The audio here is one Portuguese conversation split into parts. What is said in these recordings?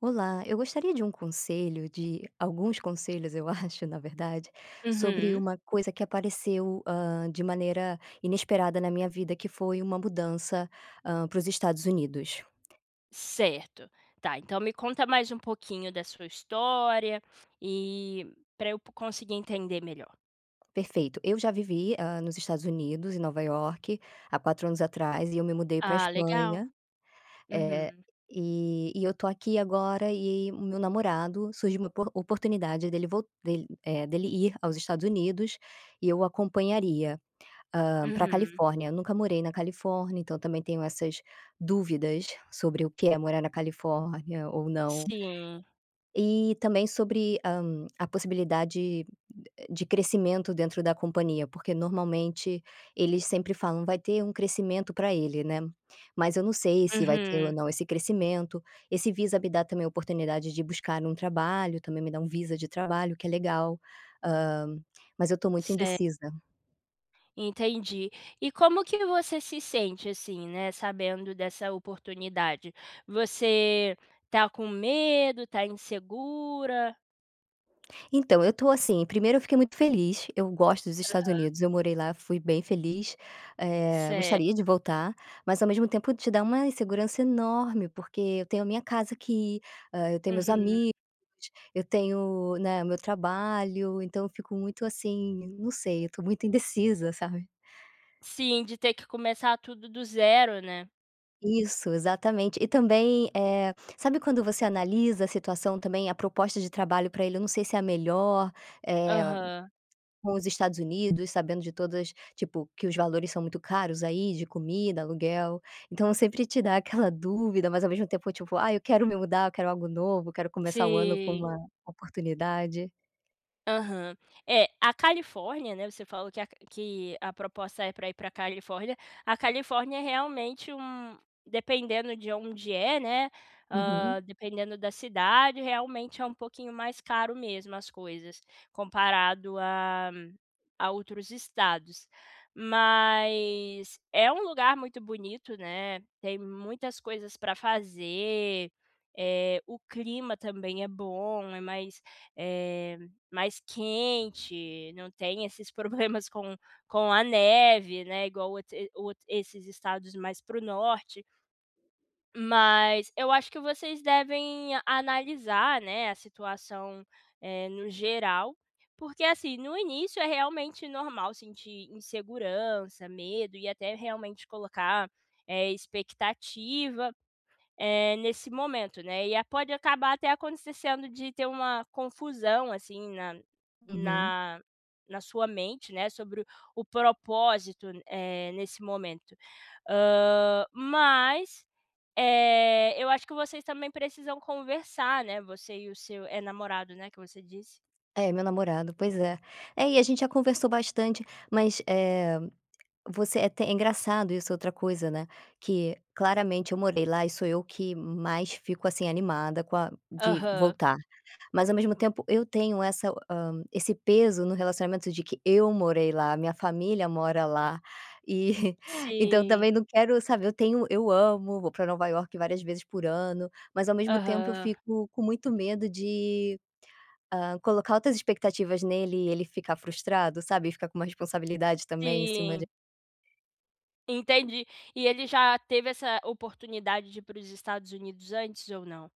Olá, eu gostaria de um conselho, de alguns conselhos, eu acho, na verdade, sobre Uhum, uma coisa que apareceu, de maneira inesperada na minha vida, que foi uma mudança para os Estados Unidos. certo. Tá, então me conta mais um pouquinho da sua história e para eu conseguir entender melhor. Perfeito. Eu já vivi, nos Estados Unidos, em Nova York, há 4 anos atrás, e eu me mudei para a Ah, legal. Espanha. eh, Uhum, e eu tô aqui agora e o meu namorado surgiu uma oportunidade dele vol dele, eh, dele ir aos Estados Unidos e eu o acompanharia. Para Pra uhum, Califórnia. Eu nunca morei na Califórnia, então também tenho essas dúvidas sobre o que é morar na Califórnia ou não. sim, E também sobre, a possibilidade de crescimento dentro da companhia, porque normalmente eles sempre falam: "Vai ter um crescimento para ele", né. Mas eu não sei se vai ter ou uhum, não esse crescimento. Esse visa me dá também a oportunidade de buscar um trabalho, também me dá um visa de trabalho, que é legal. Hã, mas eu estou muito certo, indecisa. entendi. E como que você se sente, assim, né, sabendo dessa oportunidade? Você tá com medo, tá insegura? Então, eu tô assim, primeiro eu fiquei muito feliz, eu gosto dos Estados Aham, Unidos, eu morei lá, fui bem feliz, certo, gostaria de voltar, mas ao mesmo tempo te dá uma insegurança enorme, porque eu tenho a minha casa aqui, eu tenho meus uhum. amigos, eu tenho, né, meu trabalho, então eu fico muito assim, não sei, eu tô muito indecisa, sabe. Sim, de ter que começar tudo do zero, né? Isso, exatamente. E também, sabe quando você analisa a situação também, a proposta de trabalho para ele, eu não sei se é a melhor, eh Aham, com os Estados Unidos, sabendo de todas tipo, que os valores são muito caros aí, de comida, aluguel, então sempre te dá aquela dúvida, mas ao mesmo tempo, tipo: "Ah, eu quero me mudar, eu quero algo novo, quero começar o ano com sim. uma oportunidade". Aham. É, a Califórnia, né, você falou que a proposta é para ir pra Califórnia. A Califórnia é realmente um dependendo de onde é, né, Uhum, dependendo da cidade, realmente é um pouquinho mais caro mesmo as coisas, comparado a outros estados. Mas é um lugar muito bonito, né, tem muitas coisas para fazer, é o clima também é bom, é mais, eh mais quente, não tem esses problemas com a neve, né, igual outro esses estados mais para o norte. Mas eu acho que vocês devem analisar, né, a situação, no geral, porque, assim, no início é realmente normal sentir insegurança, medo e até realmente colocar, expectativa, nesse momento, né, e a pode acabar até acontecendo de ter uma confusão, assim, na uhum. na na sua mente, né, sobre o propósito, nesse momento. Mas, eu acho que vocês também precisam conversar, né, você e o seu é namorado, né, que você disse? É, meu namorado, pois é. É, e a gente já conversou bastante, mas, você é até é engraçado isso, outra coisa, né, que claramente eu morei lá e sou eu que mais fico, assim, animada com a de Aham. voltar. Mas ao mesmo tempo eu tenho essa, esse peso no relacionamento de que eu morei lá, minha família mora lá, e então Sim. também não quero, sabe, eu amo, vou pra Nova Iorque várias vezes por ano, mas ao mesmo tempo eu Aham. fico com muito medo de, colocar altas expectativas nele e ele ficar frustrado, sabe, e ficar com uma responsabilidade também em cima de. Sim. Entendi. E ele já teve essa oportunidade de ir para os Estados Unidos antes ou não?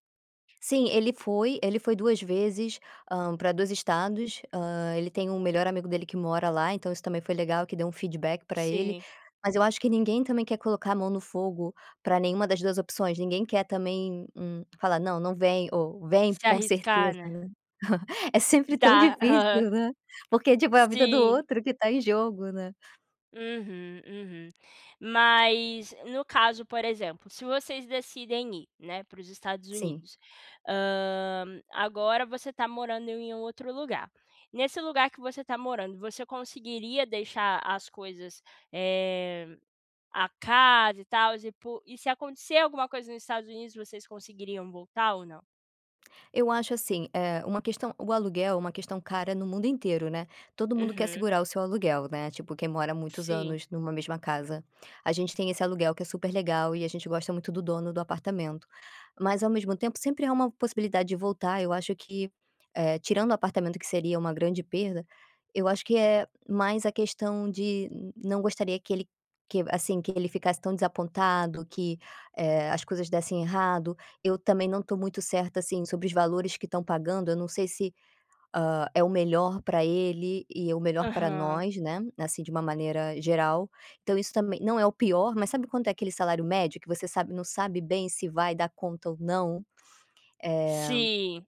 Sim, ele foi 2 vezes, para 2 estados, ele tem um melhor amigo dele que mora lá, então isso também foi legal que deu um feedback para ele, Sim. mas eu acho que ninguém também quer colocar a mão no fogo para nenhuma das 2 opções, ninguém quer também, falar: "Não, não vem", ou "Vem Se com arriscar, certeza", né. né. É sempre tão Dá, aham. difícil, né, porque, tipo, é a vida do Sim. outro que tá em jogo, né. Uhum, uhum. Mas, no caso, por exemplo, se vocês decidem ir, né, para os Estados Sim. Unidos, agora você está morando em um outro lugar. Nesse lugar que você está morando, você conseguiria deixar as coisas, eh, a casa e tal e po e se acontecer alguma coisa nos Estados Unidos, vocês conseguiriam voltar ou não? Eu acho assim, uma questão o aluguel é uma questão cara no mundo inteiro, né. Todo mundo quer Uhum. segurar o seu aluguel, né, tipo, quem mora há muitos Sim. anos numa mesma casa. A gente tem esse aluguel que é super legal e a gente gosta muito do dono do apartamento. Mas ao mesmo tempo sempre há uma possibilidade de voltar, eu acho que, tirando o apartamento que seria uma grande perda, eu acho que é mais a questão de não gostaria que ele que ele ficasse tão desapontado, que, as coisas dessem errado. Eu também não estou muito certa, assim, sobre os valores que estão pagando, eu não sei se. É o melhor para ele e é o melhor para Aham. nós, né, assim, de uma maneira geral. Então isso também não é o pior, mas sabe quanto é aquele salário médio que você não sabe bem se vai dar conta ou não? Eh, Sim.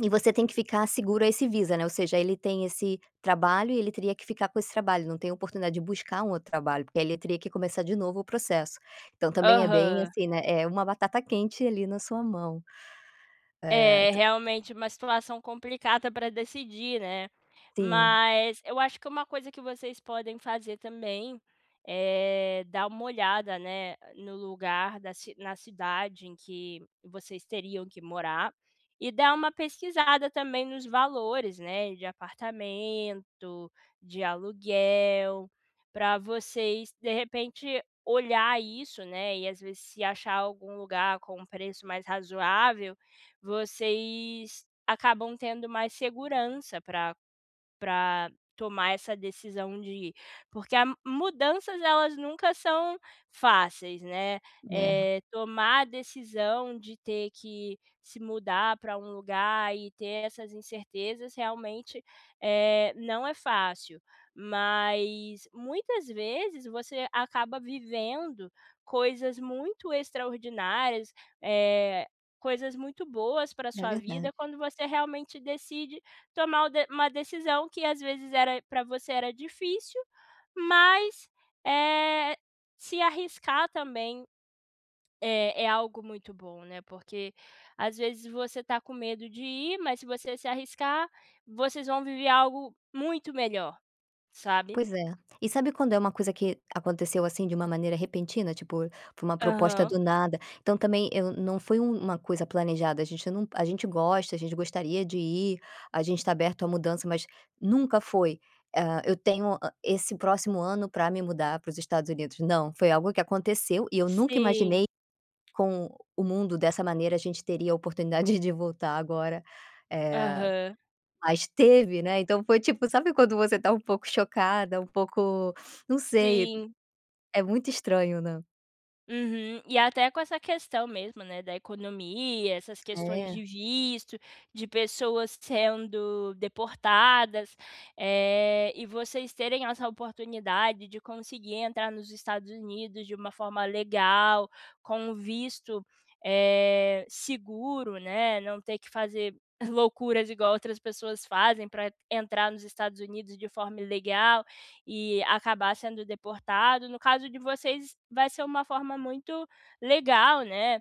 e você tem que ficar seguro a esse Visa, né, ou seja, ele tem esse trabalho e ele teria que ficar com esse trabalho, não tem oportunidade de buscar um outro trabalho, porque aí ele teria que começar de novo o processo. Então também é bem Aham. assim, né, é uma batata quente ali na sua mão. Eh, É ent realmente uma situação complicada para decidir, né. sim, Mas eu acho que uma coisa que vocês podem fazer também é dar uma olhada, né, no lugar da ci na cidade em que vocês teriam que morar e dar uma pesquisada também nos valores, né, de apartamento, de aluguel, para vocês, de repente, olhar isso, né, e às vezes se achar algum lugar com um preço mais razoável vocês acabam tendo mais segurança para tomar essa decisão de ir. Porque a mudanças elas nunca são fáceis, né. é, Tomar a decisão de ter que se mudar para um lugar e ter essas incertezas realmente, não é fácil, mas muitas vezes você acaba vivendo coisas muito extraordinárias, eh, coisas muito boas para é sua verdade. vida quando você realmente decide tomar o de uma decisão que às vezes era para você era difícil, mas, eh, se arriscar também é algo muito bom, né, porque às vezes você tá com medo de ir, mas se você se arriscar, vocês vão viver algo muito melhor, sabe. Pois é. E sabe quando é uma coisa que aconteceu, assim, de uma maneira repentina, tipo, foi uma proposta Aham. do nada, então também eu não foi uma coisa planejada, a gente não a gente gosta, a gente gostaria de ir, a gente está aberto à mudança, mas nunca foi, eu tenho, esse próximo ano para me mudar para os Estados Unidos. Não, foi algo que aconteceu e eu nunca imaginei Sim. com o mundo dessa maneira a gente teria a oportunidade de voltar agora. eh Aham. mas teve, né, então foi tipo, sabe quando você tá um pouco chocada, um pouco não sei, Sim. é muito estranho, né. Uhum. E até com essa questão mesmo, né, da economia, essas questões É, de visto, de pessoas sendo deportadas, e vocês terem essa oportunidade de conseguir entrar nos Estados Unidos de uma forma legal, com um visto, seguro, né, não ter que fazer loucuras igual outras pessoas fazem para entrar nos Estados Unidos de forma ilegal e acabar sendo deportado. No caso de vocês, vai ser uma forma muito legal, né,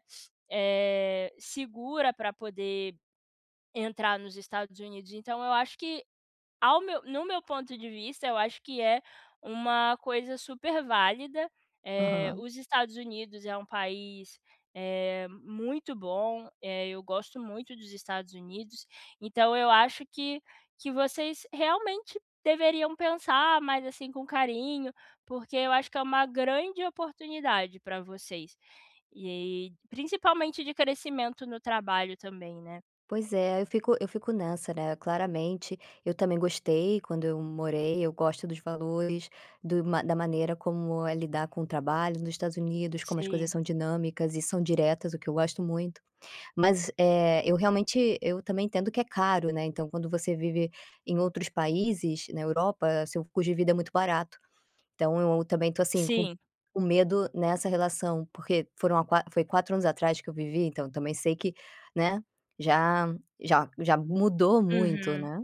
segura para poder entrar nos Estados Unidos. Então eu acho que ao meu no meu ponto de vista, eu acho que é uma coisa super válida, aham. os Estados Unidos é um país, muito bom, eu gosto muito dos Estados Unidos, então eu acho que vocês realmente deveriam pensar mais, assim, com carinho, porque eu acho que é uma grande oportunidade para vocês, e principalmente de crescimento no trabalho também, né. Pois é, eu fico nessa, né, claramente, eu também gostei quando eu morei, eu gosto dos valores, do ma da maneira como é lidar com o trabalho nos Estados Unidos, como as coisas Sim, são dinâmicas e são diretas, o que eu gosto muito. Mas, eu também entendo que é caro, né, então quando você vive em outros países, na Europa, seu custo de vida é muito barato. Então eu também tô, assim, sim. com medo nessa relação, porque foram há qua foi 4 anos atrás que eu vivi, então eu também sei que, né, já já mudou muito, Uhum. né.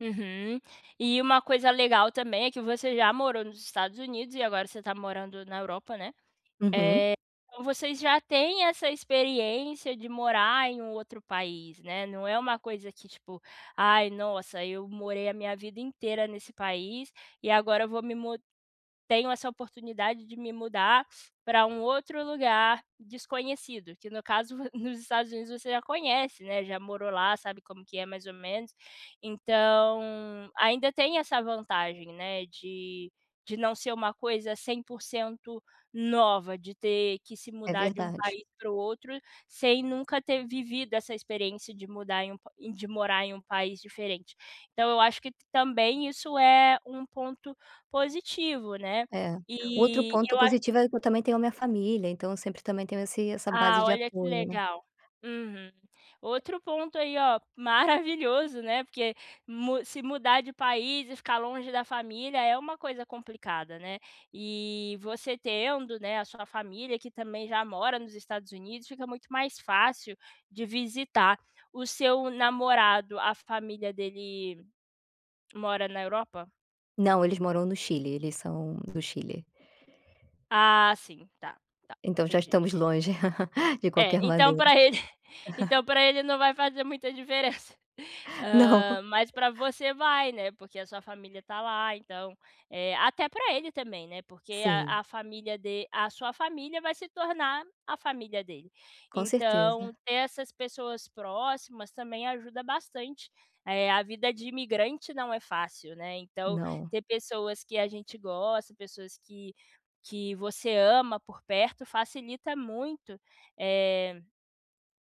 Uhum. E uma coisa legal também é que você já morou nos Estados Unidos e agora você está morando na Europa, né. Uhum. Eh, então vocês já têm essa experiência de morar em um outro país, né, não é uma coisa que tipo: "Ai, nossa, eu morei a minha vida inteira nesse país e agora eu vou me mu tenho essa oportunidade de me mudar para um outro lugar desconhecido, que no caso nos Estados Unidos você já conhece, né, já morou lá, sabe como que é mais ou menos. Então, ainda tem essa vantagem, né, de não ser uma coisa 100% nova, de ter que se É mudar de um verdade. país para o outro, sem nunca ter vivido essa experiência de mudar em um pa de morar em um país diferente. Então eu acho que também isso é um ponto positivo, né. É. O outro E ponto eu a positivo é que eu também tenho a minha família, então eu sempre também tenho esse essa base ah, de olha que apoio, né. legal. Uhum. Outro ponto aí, ó, maravilhoso, né, porque mu se mudar de país e ficar longe da família é uma coisa complicada, né. E você tendo, né, a sua família que também já mora nos Estados Unidos, fica muito mais fácil de visitar. O seu namorado, a família dele mora na Europa? Não, eles moram no Chile, eles são do Chile. Ah, sim, tá, tá, Então já entendi. estamos longe de É, qualquer então maneira. para ele então para ele não vai fazer muita diferença. Não. Mas para você vai, né, porque a sua família tá lá, então, até para ele também, né, porque Sim, a família de a sua família vai se tornar a família dele. com certeza. Então ter essas pessoas próximas também ajuda bastante. A vida de imigrante não é fácil, né, então Não. ter pessoas que a gente gosta, pessoas que você ama por perto facilita muito eh,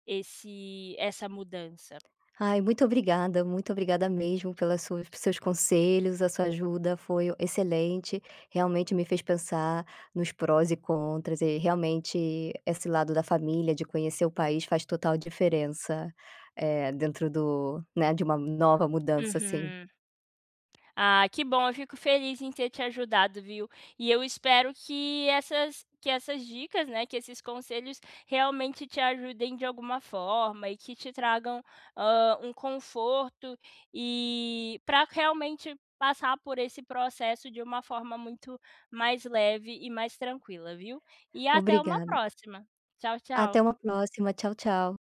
esse essa mudança. Ai, muito obrigada mesmo pelas suas pelos seus conselhos, a sua ajuda foi excelente, realmente me fez pensar nos prós e contras e realmente esse lado da família, de conhecer o país faz total diferença, dentro do né, de uma nova mudança, assim. Uhum. Ah, que bom, eu fico feliz em ter te ajudado, viu. E eu espero que essas dicas, né, que esses conselhos realmente te ajudem de alguma forma e que te tragam, um conforto, e para realmente passar por esse processo de uma forma muito mais leve e mais tranquila, viu. E até uma Obrigada. próxima. Tchau, Até tchau. uma próxima, tchau, tchau.